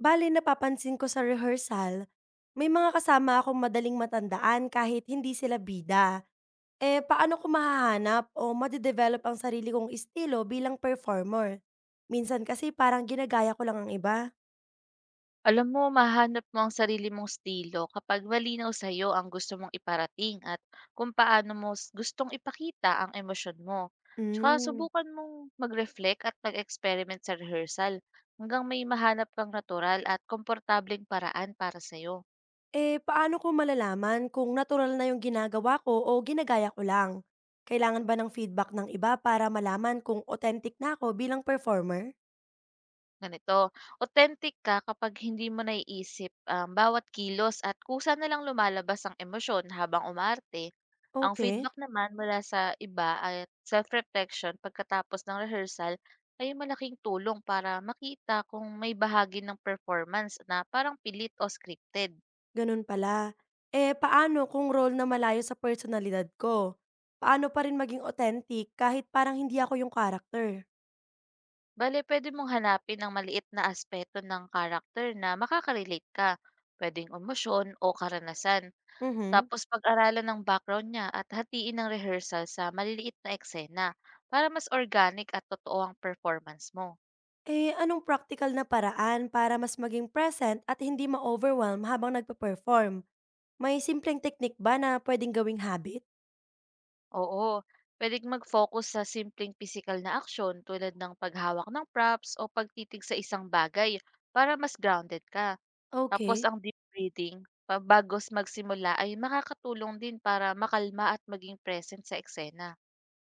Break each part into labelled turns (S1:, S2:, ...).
S1: Bale napapansin ko sa rehearsal, may mga kasama akong madaling matandaan kahit hindi sila bida. Eh paano ko mahahanap o made ang sarili kong estilo bilang performer? Minsan kasi parang ginagaya ko lang ang iba.
S2: Alam mo, mahanap mo ang sarili mong estilo kapag malinaw sa iyo ang gusto mong iparating at kung paano mo gustong ipakita ang emosyon mo. Tsaka
S1: Mm.
S2: subukan mong mag-reflect at mag-experiment sa rehearsal hanggang may mahanap kang natural at komportableng paraan para sa iyo.
S1: Eh paano ko malalaman kung natural na yung ginagawa ko o ginagaya ko lang? Kailangan ba ng feedback ng iba para malaman kung authentic na ako bilang performer?
S2: Ganito, authentic ka kapag hindi mo naiisip ang bawat kilos at kusa na lang lumalabas ang emosyon habang umarte. Ang
S1: Okay.
S2: feedback naman mula sa iba at self-reflection pagkatapos ng rehearsal ay malaking tulong para makita kung may bahagi ng performance na parang pilit o scripted.
S1: Ganun pala. Eh, paano kung role na malayo sa personalidad ko? Paano pa rin maging authentic kahit parang hindi ako yung character?
S2: Bale, pwede mong hanapin ang maliit na aspeto ng character na makakarelate ka, pwedeng emosyon o karanasan.
S1: Mhm.
S2: Tapos pag-aralan ng background niya at hatiin ng rehearsal sa maliliit na eksena para mas organic at totoo ang performance mo.
S1: Eh, anong practical na paraan para mas maging present at hindi ma-overwhelm habang nagpa-perform? May simpleng technique ba na pwedeng gawing habit?
S2: Oo, pwedeng mag-focus sa simpleng physical na aksyon tulad ng paghawak ng props o pagtitig sa isang bagay para mas grounded ka. Tapos
S1: Okay.
S2: ang deep breathing, magsimula ay makakatulong din para makalma at maging present sa eksena.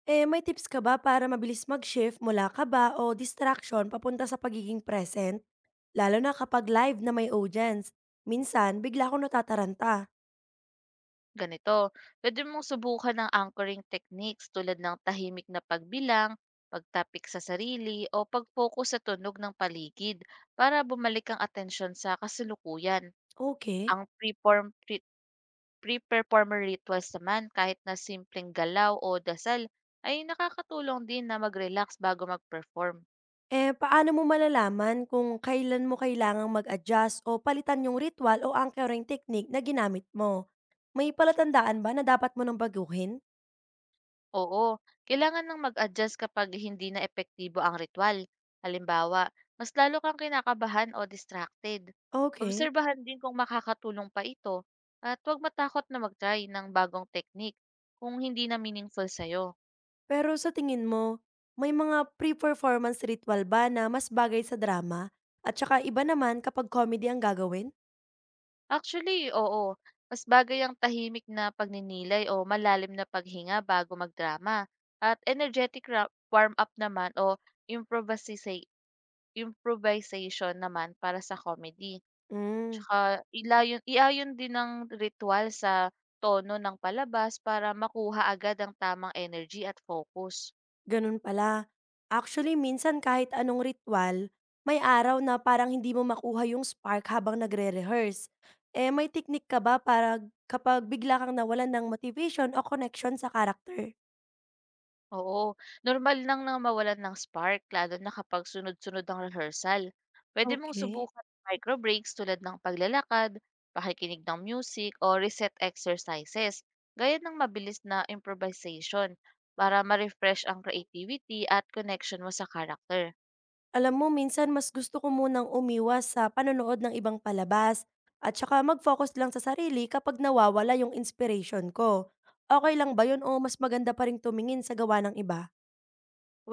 S1: Eh, may tips ka ba para mabilis mag-shift mula kaba o distraction papunta sa pagiging present? Lalo na kapag live na may audience. Minsan, bigla akong natataranta.
S2: Ganito, pwede mong subukan ng anchoring techniques tulad ng tahimik na pagbilang, pagtapik sa sarili, o pag-focus sa tunog ng paligid para bumalik ang atensyon sa kasalukuyan.
S1: Okay.
S2: Ang pre-performer rituals naman, kahit na simpleng galaw o dasal, ay nakakatulong din na mag-relax bago mag-perform.
S1: Eh, paano mo malalaman kung kailan mo kailangang mag-adjust o palitan yung ritual o anchoring technique na ginamit mo? May palatandaan ba na dapat mo nang baguhin?
S2: Oo, kailangan ng mag-adjust kapag hindi na epektibo ang ritual. Halimbawa, mas lalo kang kinakabahan o distracted.
S1: Okey.
S2: Obserbahan din kung makakatulong pa ito at huwag matakot na mag-try ng bagong technique kung hindi na meaningful sa'yo.
S1: Pero sa tingin mo, may mga pre-performance ritual ba na mas bagay sa drama at saka iba naman kapag comedy ang gagawin?
S2: Actually, oo, mas bagay ang tahimik na pagninilay o malalim na paghinga bago magdrama at warm-up naman o improvisi- improvisation naman para sa comedy.
S1: Hmm.
S2: Tsaka iayon din ng ritual sa tono ng palabas para makuha agad ang tamang energy at focus.
S1: Ganun pala. Actually, minsan kahit anong ritual, may araw na parang hindi mo makuha yung spark habang nagre-rehearse. Eh, may technique ka ba para kapag bigla kang nawalan ng motivation o connection sa karakter?
S2: Oo, normal lang na mawalan ng spark lalo na kapag sunod-sunod ang rehearsal. Pwede mong
S1: Okay.
S2: subukan ang micro breaks tulad ng paglalakad, pakikinig ng music, o reset exercises, gaya ng mabilis na improvisation para ma-refresh ang creativity at connection mo sa character.
S1: Alam mo, minsan mas gusto ko munang umiwas sa panonood ng ibang palabas at saka mag-focus lang sa sarili kapag nawawala yung inspiration ko. Okay lang ba yun o mas maganda pa rin tumingin sa gawa ng iba?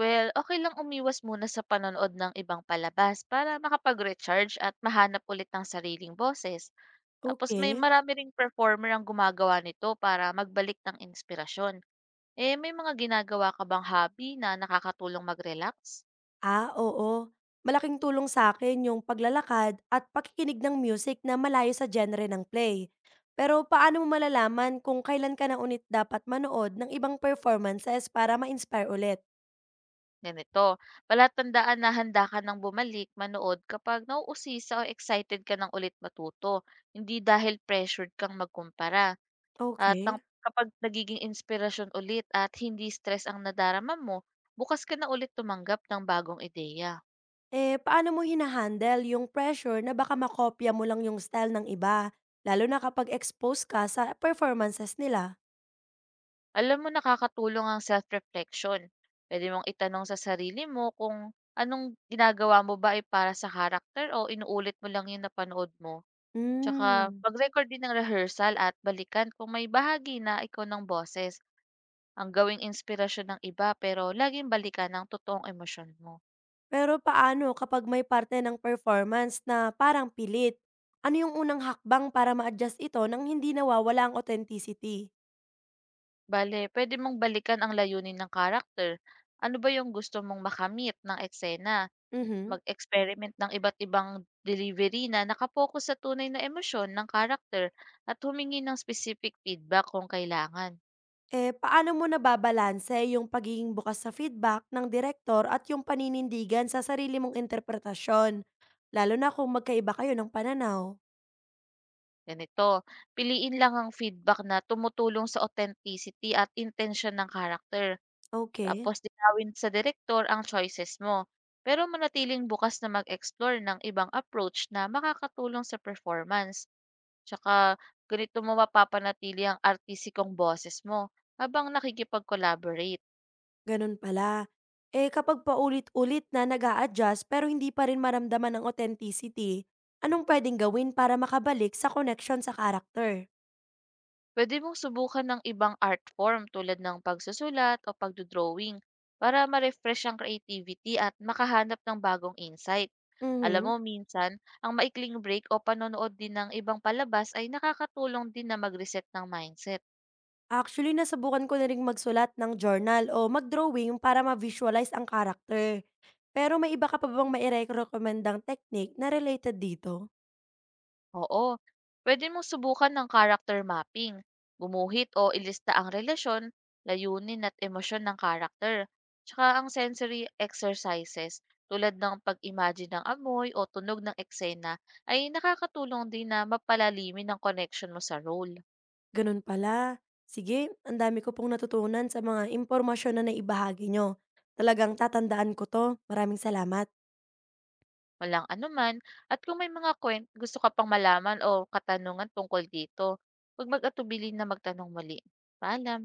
S2: Well, okay lang umiwas muna sa panonood ng ibang palabas para makapag-recharge at mahanap ulit ng sariling boses. Tapos may
S1: Okay.
S2: marami ring performer ang gumagawa nito para magbalik ng inspirasyon. Eh, may mga ginagawa ka bang hobby na nakakatulong mag-relax?
S1: Ah, oo. Malaking tulong sa akin yung paglalakad at pakikinig ng music na malayo sa genre ng play. Pero paano mo malalaman kung kailan ka na ulit dapat manood ng ibang performances para ma-inspire ulit?
S2: Ganito, palatandaan na handa ka ng bumalik manood kapag nauusisa o excited ka ng ulit matuto, hindi dahil pressured kang magkumpara. At ang
S1: Okay.
S2: kapag nagiging inspirasyon ulit at hindi stress ang nadarama mo, bukas ka na ulit tumanggap ng bagong ideya.
S1: Eh, paano mo hinahandle yung pressure na baka makopya mo lang yung style ng iba, lalo na kapag exposed ka sa performances nila?
S2: Alam mo, nakakatulong ang self-reflection. Pwede mong itanong sa sarili mo kung anong ginagawa mo ba ay para sa karakter o inuulit mo lang yung napanood mo. Tsaka
S1: Hmm.
S2: mag-record din ng rehearsal at balikan kung may bahagi na ikaw ng boses. Ang gawing inspirasyon ng iba pero laging balikan ang totoong emosyon mo.
S1: Pero paano kapag may parte ng performance na parang pilit? Ano yung unang hakbang para ma-adjust ito nang hindi nawawala ang authenticity?
S2: Bale, pwede mong balikan ang layunin ng karakter. Ano ba yung gusto mong makamit ng eksena?
S1: Mhm.
S2: Mag-experiment ng iba't ibang delivery na nakapokus sa tunay na emosyon ng karakter at humingi ng specific feedback kung kailangan.
S1: Eh, paano mo nababalanse yung pagiging bukas sa feedback ng direktor at yung paninindigan sa sarili mong interpretasyon? Lalo na kung magkaiba kayo ng pananaw.
S2: Ganito, piliin lang ang feedback na tumutulong sa authenticity at intention ng karakter.
S1: Okay,
S2: Tapos dinawin sa director ang choices mo. Pero manatiling bukas na mag-explore ng ibang approach na makakatulong sa performance. Tsaka ganito mo mapapanatili ang artistikong boses mo habang nakikipag-collaborate.
S1: ganun pala. Eh, kapag paulit-ulit na nag adjust pero hindi pa rin maramdaman ang authenticity, anong pwedeng gawin para makabalik sa connection sa character?
S2: Pwede mong subukan ng ibang art form tulad ng pagsusulat o pagdodrawing para ma-refresh ang creativity at makahanap ng bagong insight. Alam
S1: Mhm.
S2: mo, minsan, ang maikling break o panonood din ng ibang palabas ay nakakatulong din na mag-reset ng mindset.
S1: Actually, nasubukan ko na ring magsulat ng journal o mag-drawing para ma-visualize ang karakter. Pero may iba ka pa bang maire-recommendang technique na related dito?
S2: Oo. Pwede mong subukan ng character mapping. Gumuhit o ilista ang relasyon, layunin at emosyon ng character. Tsaka ang sensory exercises tulad ng pag-imagine ng amoy o tunog ng eksena ay nakakatulong din na mapalalimin ang connection mo sa role.
S1: Ganun pala. Sige, ang dami ko pong natutunan sa mga impormasyon na naibahagi nyo. Talagang tatandaan ko to. Maraming salamat.
S2: Walang anuman at kung may mga kwent, gusto ka pang malaman o katanungan tungkol dito, huwag mag-atubili na magtanong muli. Paalam!